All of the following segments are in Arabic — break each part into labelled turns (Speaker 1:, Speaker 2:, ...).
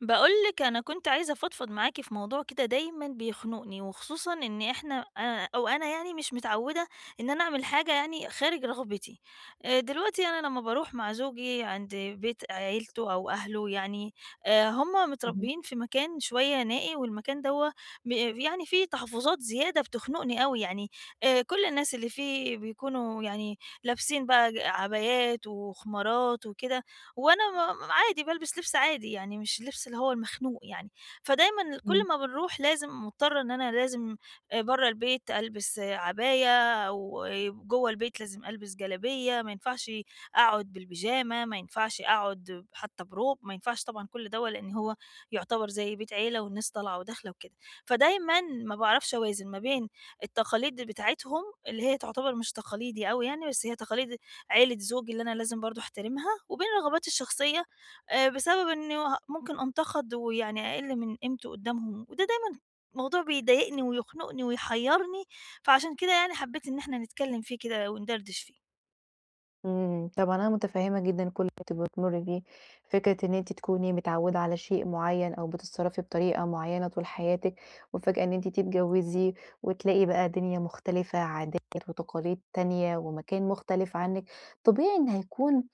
Speaker 1: باقول لِك أنا كنت عايزة أفضفض معاكِ في موضوع كده دايمًا بيخنقني، وخصوصًا إن إحنا أو أنا يعني مش متعودة إن أنا أعمل حاجة يعني خارج رغبتي. دلوقتي أنا لمّا باروح مع زوجي عند بيت عيلته أو أهله يعني، هم
Speaker 2: اهم،
Speaker 1: متربيين في مكان شوية نائي، والمكان دوّة يعني فيه تحفظات زيادة بتخنقني أوي يعني، كل الناس اللي فيه بيكونوا يعني لابسين بقى عبايات وخمارات وكده، وأنا عادي بالبس لبس عادي، يعني مش اللبس اللي هو المخنوق يعني. فدايمًا
Speaker 2: إمم،
Speaker 1: كل ما بنروح لازم مضطرة إن أنا لازم برّه البيت ألبس آه، عباية وجوّه البيت لازم ألبس جلابية، ما ينفعش أقعد بالبيجامة، ما ينفعش أقعد حتى بروب، ما ينفعش طبعًا كل دوّة لإن هو يعتبر زي بيت عيلة والناس طالعة وداخلة وكده. فدايمًا ما باعرفش أوازن ما بين التقاليد بتاعتهم اللي هي تعتبر مش تقاليدي أوي يعني، بس هي تقاليد عيلة زوجي اللي أنا لازم برضه أحترمها، وبين رغباتي الشخصية بسبب إنه ممكن أنتقد ويعني أقِل من قيمتي قدّامهم، وده دايمًا موضوع بيضايقني ويخنقني ويحيّرني، فعشان كده يعني حبّيت إن إحنا نتكلّم فيه كده وندردش فيه.
Speaker 2: إمم، طبعًا أنا متفهمة جدًا كل اللي أنتِ بتمري بيه، فكرة إن أنتِ تكوني متعودة على شيء معين أو بتتصرفي بطريقة معينة طول حياتِك، وفجأة إن أنتِ تتجوزي وتلاقي بقى دنيا مختلفة، عادات وتقاليد تانية، ومكان مختلف عنِك، طبيعي إن هيكون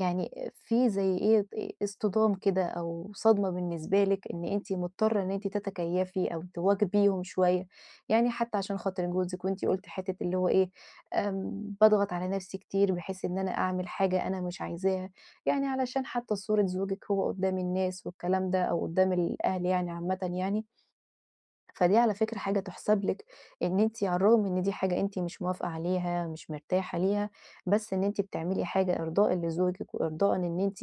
Speaker 2: في زي إيه اصطدام كده أو صدمة بالنسبة لِك، إن أنتِ مضطرة إن أنتِ تتكيفي أو تواكبيهم شوية، يعني حتى عشان خاطر جوزِك، وأنتِ قلتِ حتة اللي هو إيه باضغط على نفسي كتير بحيث إن أنا أعمل حاجة أنا مش عايزاها، يعني علشان حتى صورة زوجِك هو قدّام الناس والكلام ده أو قدّام الأهل يعني عامةً يعني، فدي على فكرة حاجة تُحسَب لِك، إن أنتِ على الرغم إن دي حاجة أنتِ مش موافقة عليها، مش مرتاحة ليها، بس إن أنتِ بتعملي حاجة إرضاءً لزوجِك وإرضاءً إن أنتِ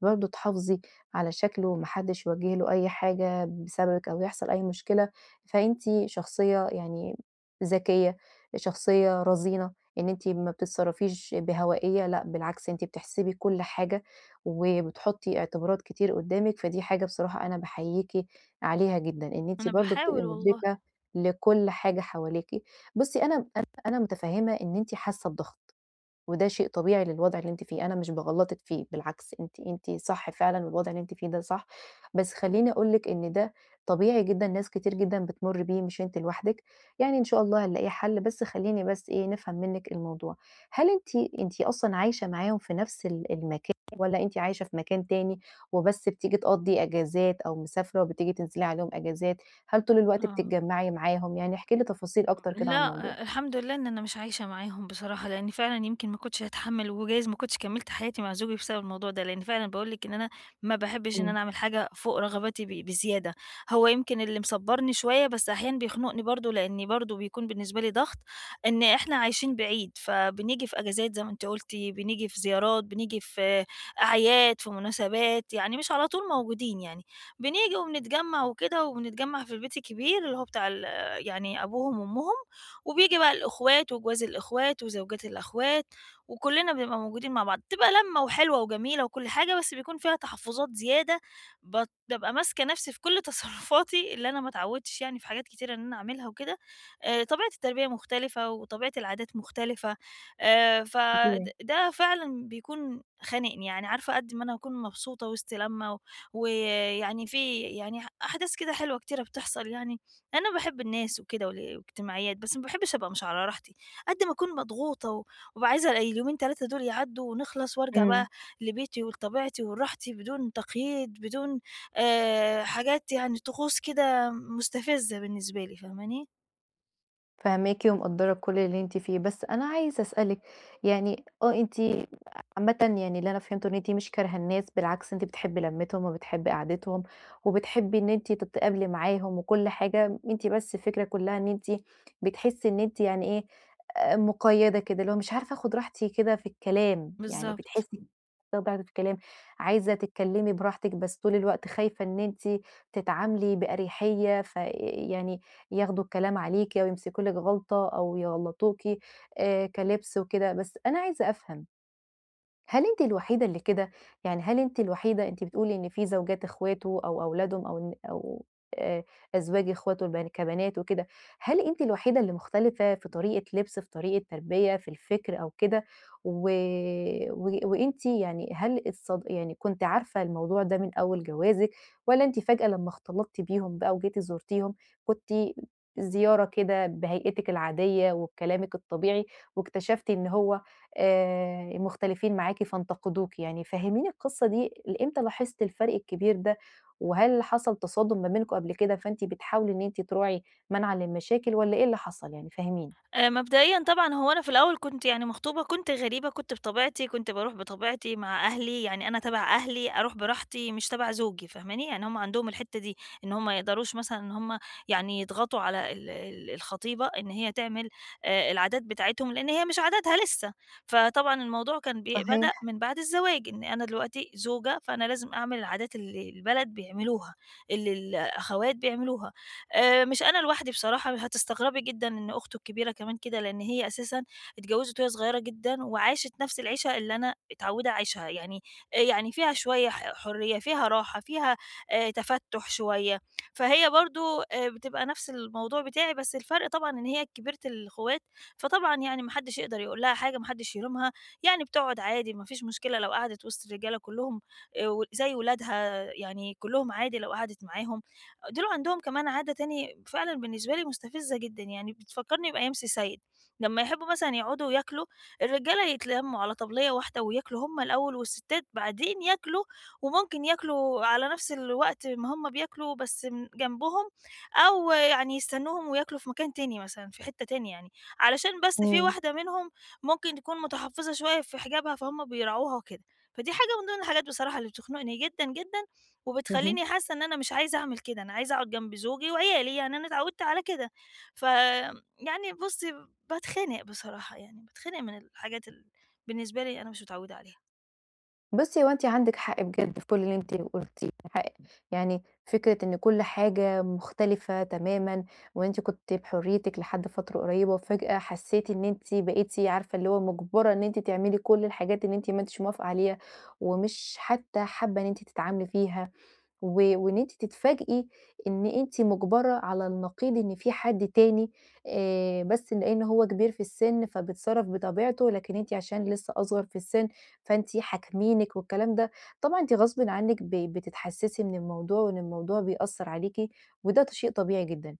Speaker 2: برضه تحافظي على شكله وما حدّش يوجّه له أي حاجة بسببِك أو يحصل أي مشكلة، فأنتِ شخصية يعني ذكية، شخصية رزينة، إن أنتِ ما بتتصرّفيش بهوائية، لأ بالعكس أنتِ بتحسبي كل حاجة، وبتحطّي اعتبارات كتير قُدّامِك، فدي حاجة بصراحة أنا باحييكِ عليها جدًا، إن أنتِ
Speaker 1: أنا
Speaker 2: برضه بتبقي
Speaker 1: باحاول والله،
Speaker 2: مُدركة لكل حاجة حواليكِ. بُصّي أنا متفهمة إن أنتِ حاسة بضغط. وده شيء طبيعي للوضع اللي أنتِ فيه، أنا مش باغلطِك فيه، بالعكس أنتِ صح فعلًا والوضع اللي أنتِ فيه ده صح، بس خلّيني أقول لِك إن ده طبيعي جدًا، ناس كتير جدًا بتمُر بيه مش أنتِ لوحدِك، يعني إن شاء الله هنلاقي حل، بس خلّيني بس إيه، نفهم منِّك الموضوع. هل أنتِ أصلًا عايشة معاهم في نفس المكان والّا أنتِ عايشة في مكان تاني وبس بتيجي تقضّي أجازات أو مسافرة وبتيجي تنزلي عليهم أجازات؟ هل طول الوقت
Speaker 1: آه.
Speaker 2: بتتجمّعي معاهم؟ يعني احكي لي تفاصيل أكتر كده عن الموضوع.
Speaker 1: لأ، الحمد لله إن أنا مش عايشة معاهم بصراحة، لإن فعلًا يمكن ما كنتش هاتحمّل وجايز ما كنتش كمّلت حياتي مع زوجي بسبب الموضوع ده، لإن فعلًا باقول لِك إن أنا ما باحبّش إن
Speaker 2: إمم،
Speaker 1: أنا أعمل حاجة فوق رغباتي بزيادة، هو يمكن اللي مصبّرني شوية بس أحيانًا بيخنقني برضه، لإني برضه بيكون بالنسبة لي ضغط إن إحنا عايشين بعيد، فبنيجي في أجازات زي ما أنتِ قُلتِ، بنيجي في زيارات، بنيجي في أعياد، في مناسبات، يعني مش على طول موجودين يعني، بنيجي وبنتجمّع وكده وبنتجمّع في البيت الكبير اللي هو بتاع يعني أبوهم وأمهم. وبييجي بقى الأخوات وجواز الأخوات وزوجات الأخوات، وكلّنا بنبقى موجودين مع بعض، بتبقى لمّة وحلوة وجميلة وكل حاجة، بس بيكون فيها تحفُّظات زيادة، بابقى ماسكة نَفْسي في كل تصرُّفاتي اللي أنا ما اتعوّدتش يعني في حاجات كتيرة إن أنا أعملها وكده، طبيعة التربية مختلفة وطبيعة العادات مختلفة، فد
Speaker 2: طبيعي،
Speaker 1: ده فعلًا بيكون خانقني، يعني عارفة قد ما أنا أكون مبسوطة وسط لمّة ويعني في يعني أحداث كده حلوة كتيرة بتحصل يعني أنا باحب الناس وكده والاجتماعيات، بس ما باحبش أبقى مش على راحتي، قد ما أكون مضغوطة وابقى عايزة اليومين 3 دول يعدّوا ونخلص وارجع
Speaker 2: إمم.
Speaker 1: بقى لبيتي ولطبيعتي ولراحتي بدون تقييد، بدون حاجات يعني طقوس كده مستفزة بالنسبة لي، فاهماني؟
Speaker 2: فاهماكِ ومقدّرة كل اللي أنتِ فيه، بس أنا عايزة أسألِك يعني آه أنتِ عامةً يعني اللي أنا فهمته إن أنتِ مش كارهة الناس، بالعكس أنتِ بتحبي لمّتهم وبتحبي قعدتهم، وبتحبي إن أنتِ تتقابلي معاهم وكل حاجة، أنتِ بس الفكرة كلّها إن أنتِ بتحسّي إن أنتِ يعني إيه، مُقيّدة كده، اللي هو مش عارفة آخُد راحتي كده في الكلام، يعني
Speaker 1: بالضبط.
Speaker 2: بتحسّي بتاخدي راحتِك في الكلام، عايزة تتكلّمي براحتِك، بس طول الوقت خايفة إن أنتِ تتعاملي بأريحية، ف يعني ياخدوا الكلام عليكِ أو يمسكوا لِك غلطة أو يغلّطوكِ كلِبْس وكده، بس أنا عايزة أفهم، هل أنتِ الوحيدة اللي كده؟ يعني هل أنتِ الوحيدة أنتِ بتقولي إن في زوجات إخواته أو أولادهم أو إن أو آآ أزواج إخواته البن كبنات وكده، هل أنتِ الوحيدة اللي مختلفة في طريقة لبس، في طريقة تربية، في الفكر أو كده؟ و و وأنتِ يعني هل يعني كنتِ عارفة الموضوع ده من أول جوازِك، والّا أنتِ فجأة لمّا اختلطتِ بيهم بقى وجيتِ زُرتيهم كنتِ زيارة كده بهيئتِك العادية وبكلامِك الطبيعي، واكتشفتِ إن هو مختلفين معاكِ فانتقدوكِ يعني، فهّميني القصة دي إمتى لاحظتِ الفرق الكبير ده، وهل حصل تصادم ما بينكم قبل كده فأنتِ بتحاولي إن أنتِ تراعي منعًا للمشاكل والّا إيه اللي حصل يعني فهّميني؟
Speaker 1: مبدئيًا طبعًا هو أنا في الأول كنت يعني مخطوبة، كنت غريبة، كنت بطبيعتي، كنت باروح بطبيعتي مع أهلي، يعني أنا تبع أهلي أروح براحتي مش تبع زوجي فاهماني؟ يعني هُم عندهم الحتّة دي، إن هُم ما يقدروش مثلًا إن هُم يعني يضغطوا على ال الخطيبة إن هي تعمل العادات بتاعتهم، لإن هي مش عاداتها لسه، فطبعًا الموضوع كان
Speaker 2: صحيح،
Speaker 1: بدأ من بعد الزواج، إن أنا دلوقتي زوجة، فأنا لازم أعمل العادات اللي البلد بيعملوها، اللي الأخوات بيعملوها. مش أنا لوحدي بصراحة، هتستغربي جدًا إن أخته الكبيرة كمان كده، لإن هي أساسًا اتجوزت وهي صغيرة جدًا، وعاشت نفس العيشة اللي أنا متعودة أعيشها، يعني يعني فيها شوية حرية، فيها راحة، فيها تفتُّح شوية، فهي برضه بتبقى نفس الموضوع بتاعي، بس الفرق طبعًا إن هي كبيرة الأخوات، فطبعًا يعني ما حدش يقدر يقول لها حاجة، ما حدش يلومها، يعني بتقعد عادي، ما فيش مشكلة لو قعدت وسط الرجالة كلّهم و زي ولادها يعني كلّهم عادي لو قعدت معاهم. دول عندهم كمان عادة تاني فعلًا بالنسبة لي مستفزة جدًا، يعني بتفكّرني بأيام سيد، لمّا يحبّوا مثلًا يقعدوا ياكلوا، الرجالة يتلمّوا على طبلية واحدة وياكلوا هم الأول والستات بعدين ياكلوا، وممكن ياكلوا على نفس الوقت ما هم بياكلوا بس جنبهم، أو يعني يستنوهم وياكلوا في مكان تاني مثلًا، في حتّة تانية يعني، علشان بس في
Speaker 2: إمم.
Speaker 1: واحدة منهم ممكن تكون متحفّظة شوية في حجابها فهُم بيراعوها وكده، فدي حاجة من ضمن الحاجات بصراحة اللي بتخنقني جدًا، جدًا.
Speaker 2: اهم.
Speaker 1: وبتخلّيني حاسة إن أنا مش عايزة أعمل كده، أنا عايزة أقعد جنب زوجي وعيالي، يعني أنا اتعودت على كده. يعني بُصّي، باتخنق بصراحة يعني، باتخنق من الحاجات بالنسبة لي أنا مش متعودة عليها.
Speaker 2: بُصّي، هو أنتِ عندِك حق بجد في كل اللي أنتِ قُلتيه، حق يعني فكرة إن كل حاجة مختلفة تمامًا، وأنتِ كنتِ بحريتِك لحد فترة قريبة، وفجأة حسيتِ إن أنتِ بقيتِ عارفة اللي هو مُجبرة إن أنتِ تعملي كل الحاجات اللي أنتِ ما أنتيش موافقة عليها، ومش حتى حابة إن أنتِ تتعاملي فيها. و وإن أنتِ تتفاجئي إن أنتِ مُجبرة على النقيض إن في حد تاني بس لإن هو كبير في السن فبيتصرّف بطبيعته، لكن أنتِ عشان لسه أصغر في السن فأنتِ حاكمينِك والكلام ده، طبعًا أنتِ غصبٍ عنِّك بتتحسّسي من الموضوع وإن الموضوع بيأثّر عليكِ، وده شيء طبيعي جدًا.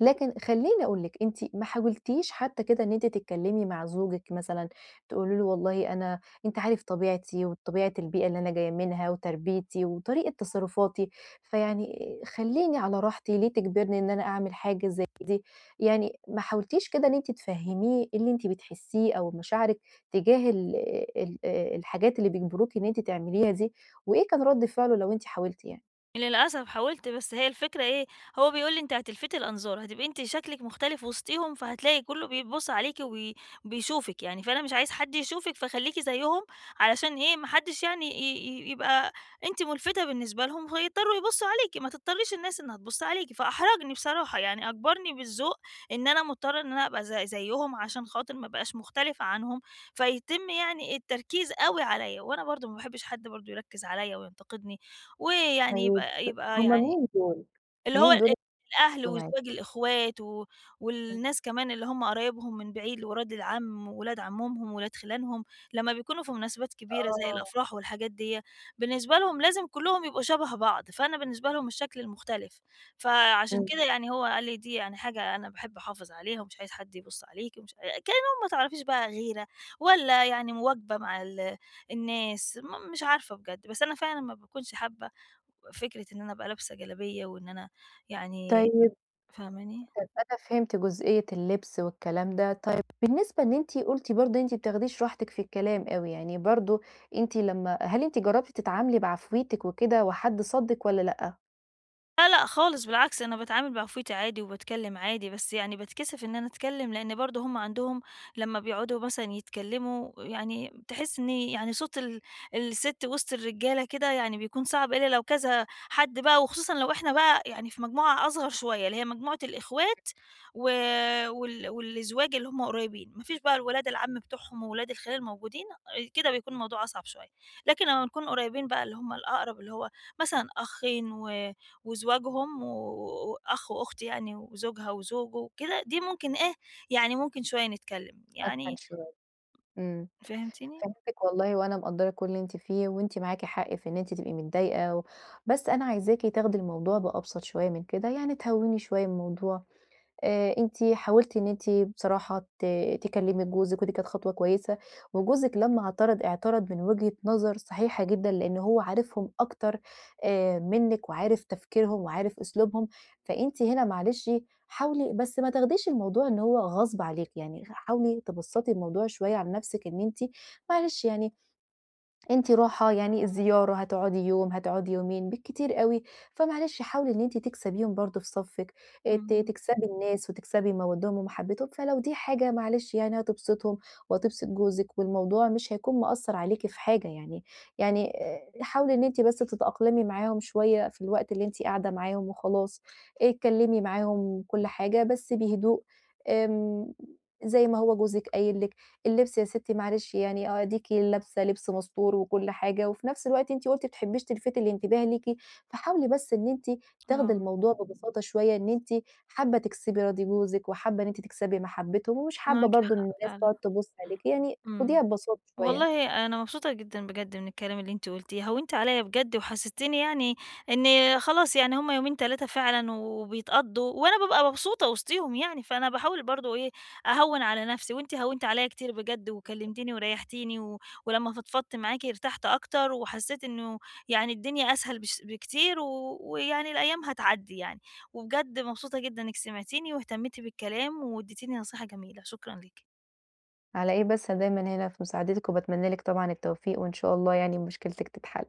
Speaker 2: لكن خلّيني أقول لِك، أنتِ ما حاولتيش حتى كده إن أنتِ تتكلّمي مع زوجِك مثلًا، تقولي له والله أنا أنت عارف طبيعتي وطبيعة البيئة اللي أنا جاية منها وتربيتي وطريقة تصرفاتي، فيعني خلّيني على راحتي، ليه تجبرني إن أنا أعمل حاجة زي دي؟ يعني ما حاولتيش كده إن أنتِ تفهّميه إيه اللي أنتِ بتحسّيه أو مشاعرِك تجاه ال ال الحاجات اللي بيجبروكِ إن أنتِ تعمليها دي، وإيه كان رَد فعله لو أنتِ حاولتِ يعني؟
Speaker 1: للأسف حاولت، بس هي الفكرة إيه، هو بيقول لي: "أنتِ هتلفتي الأنظار، هتبقي أنتِ شكلِك مختلف وسطيهم، فهتلاقي كُلّه بيبُص عليكِ وبيشوفِك يعني، فأنا مش عايز حد يشوفِك، فخلّيكِ زيّهم علشان إيه، ما حدّش يعني ي ي يبقى أنتِ ملفتة بالنسبة لهم، فيضطروا يبُصّوا عليكِ، ما تضطريش الناس إنها تبُص عليكِ." فأحرجني بصراحة، يعني أجبرني بالذوق إن أنا مضطرة إن أنا أبقى زي زيّهم عشان خاطر ما أبقاش مختلفة عنهم، فيتم يعني التركيز أوي عليّا، وأنا برضه ما باحبش حد برضه يركّز عليّا وينتقدني. ويعني
Speaker 2: طيب
Speaker 1: يبقى
Speaker 2: هُم
Speaker 1: يعني
Speaker 2: مين دول؟
Speaker 1: اللي هو
Speaker 2: مين
Speaker 1: ال
Speaker 2: دول
Speaker 1: الأهل
Speaker 2: اللي معاكِ؟
Speaker 1: وزواج الإخوات و
Speaker 2: إمم.
Speaker 1: والناس كمان اللي هم قرايبهم من بعيد، ولاد العم، وولاد عمومهم، ولاد خِلانهم، لمّا بيكونوا في مناسبات كبيرة زي
Speaker 2: آه،
Speaker 1: الأفراح والحاجات ديّة، بالنسبة لهم لازم كلّهم يبقوا شَبه بعض، فأنا بالنسبة لهم الشكل المختلف، فعشان
Speaker 2: إمم،
Speaker 1: كده يعني هو قال لي دي يعني حاجة أنا باحب أحافظ عليها ومش عايز حد يبُص عليكِ ومش ع كأنهم ما تعرفيش بقى غيرة والّا يعني مواكبة مع الناس، مش عارفة بجد، بس أنا فعلًا ما باكونش حابة فكرة إن أنا أبقى لابسة جلابية وإن أنا يعني
Speaker 2: طيب
Speaker 1: فاهماني؟
Speaker 2: طب أنا فهمت جزئية اللبس والكلام ده، طيب بالنسبة إن أنتِ قُلتِ برضه أنتِ ما بتاخديش راحتِك في الكلام أوي، يعني برضه أنتِ لمّا هل أنتِ جربتِ تتعاملي بعفويتِك وكده وحد صدِّك والّا لأ؟
Speaker 1: لا، لأ خالص بالعكس، أنا باتعامل بعفويتي عادي وباتكلّم عادي، بس يعني باتكسف إن أنا أتكلّم، لإن برضه هم عندهم لمّا بيقعدوا مثلًا يتكلّموا يعني تحس إن يعني صوت الست وسط الرجالة كده يعني بيكون صعب إلا لو كذا حد بقى، وخصوصًا لو إحنا بقى يعني في مجموعة أصغر شوية، اللي هي مجموعة الإخوات و وال والأزواج اللي هم قريبين، ما فيش بقى الولاد العم بتوعهم وولاد الخال موجودين، كده بيكون الموضوع أصعب شوية، لكن لمّا بنكون قريبين بقى اللي هم الأقرب، اللي هو مثلًا أخين وزواجهم وأخ وأخت يعني وزوجها وزوجه وكده، دي ممكن إيه، يعني ممكن شوية نتكلّم،
Speaker 2: أسهل
Speaker 1: يعني
Speaker 2: شوية، إمم،
Speaker 1: فهمتيني؟
Speaker 2: فهمتِك والله وأنا مقدّرة كل اللي أنتِ فيه، وأنتِ معاكِ حق في إن أنتِ تبقي متضايقة و بس أنا عايزاكِ تاخدي الموضوع بأبسط شوية من كده، يعني تهوّني شوية الموضوع. أنتِ حاولتِ إن أنتِ بصراحة تكلّمي جوزِك ودي كانت خطوة كويسة، وجوزِك لمّا اعترض، اعترض من وجهة نظر صحيحة جدًا، لإن هو عارفهم أكتر منِّك وعارف تفكيرهم وعارف أسلوبهم، فأنتِ هنا معلش حاولي بس ما تاخديش الموضوع إن هو غصب عليكِ، يعني حاولي تبسّطي الموضوع شوية على نَفْسِك إن أنتِ معلش يعني أنتِ راحة، يعني الزيارة هتقعدي يوم، هتقعدي يومين، بالكتير أوي، فمعلش حاولي إن أنتِ تكسبيهم برضه في صفِّك، ت
Speaker 1: اهم،
Speaker 2: تكسبي إمم. الناس وتكسبي مَوَدّهم ومَحبّتهم، فلو دي حاجة معلش يعني هتبسطهم وهتبسط جوزِك، والموضوع مش هيكون مأثّر عليكِ في حاجة يعني، يعني حاولي إن أنتِ بس تتأقلمي معاهم شوية في الوقت اللي أنتِ قاعدة معاهم وخلاص، اه، اتكلمي معاهم كل حاجة بس بهدوء، آمم زي ما هو جوزِك قايل لِك. اللبس يا ستي معلش يعني آه، أديكِ لابسة لبس مستور وكل حاجة، وفي نفس الوقت أنتِ قُلتِ ما بتحبيش تلفتي الانتباه ليكِ، فحاولي بس إن أنتِ تاخدي
Speaker 1: آه،
Speaker 2: الموضوع ببساطة شوية، إن أنتِ حابة تكسبي راضي جوزِك، وحابة إن أنتِ تكسبي محبتهم، ومش حابة
Speaker 1: معاكِ
Speaker 2: برضه إن
Speaker 1: حق
Speaker 2: الناس
Speaker 1: فعلًا،
Speaker 2: تقعد تبُص عليكِ، يعني خديها
Speaker 1: إمم.
Speaker 2: ببساطة شوية.
Speaker 1: والله أنا مبسوطة جدًا بجد من الكلام اللي أنتِ قُلتيه، هوّنتِ عليَّ بجد وحسستيني يعني إن خلاص يعني هُم يومين 3 فعلًا وبيتقضّوا، وأنا بابقى مبسوطة وسطيهم يعني، فأنا باحاول برضه إيه، أهوّن على نفسي، وأنتِ هوّنتِ عليَّ كتير بجد وكلمتيني وريحتيني، ولمّا فضفضت معاكِ ارتحت أكتر، وحسيت إنه يعني الدنيا أسهل بكتير، ويعني الأيام هتعدّي يعني، وبجد مبسوطة جدًا إنِّك سمعتيني واهتميتِ بالكلام واديتيني نصيحة جميلة، شكرًا ليكِ.
Speaker 2: على إيه بس أنا دايمًا هنا في مساعدتِك، وباتمنى لِك طبعًا التوفيق، وإن شاء الله يعني مشكلتِك تتحل.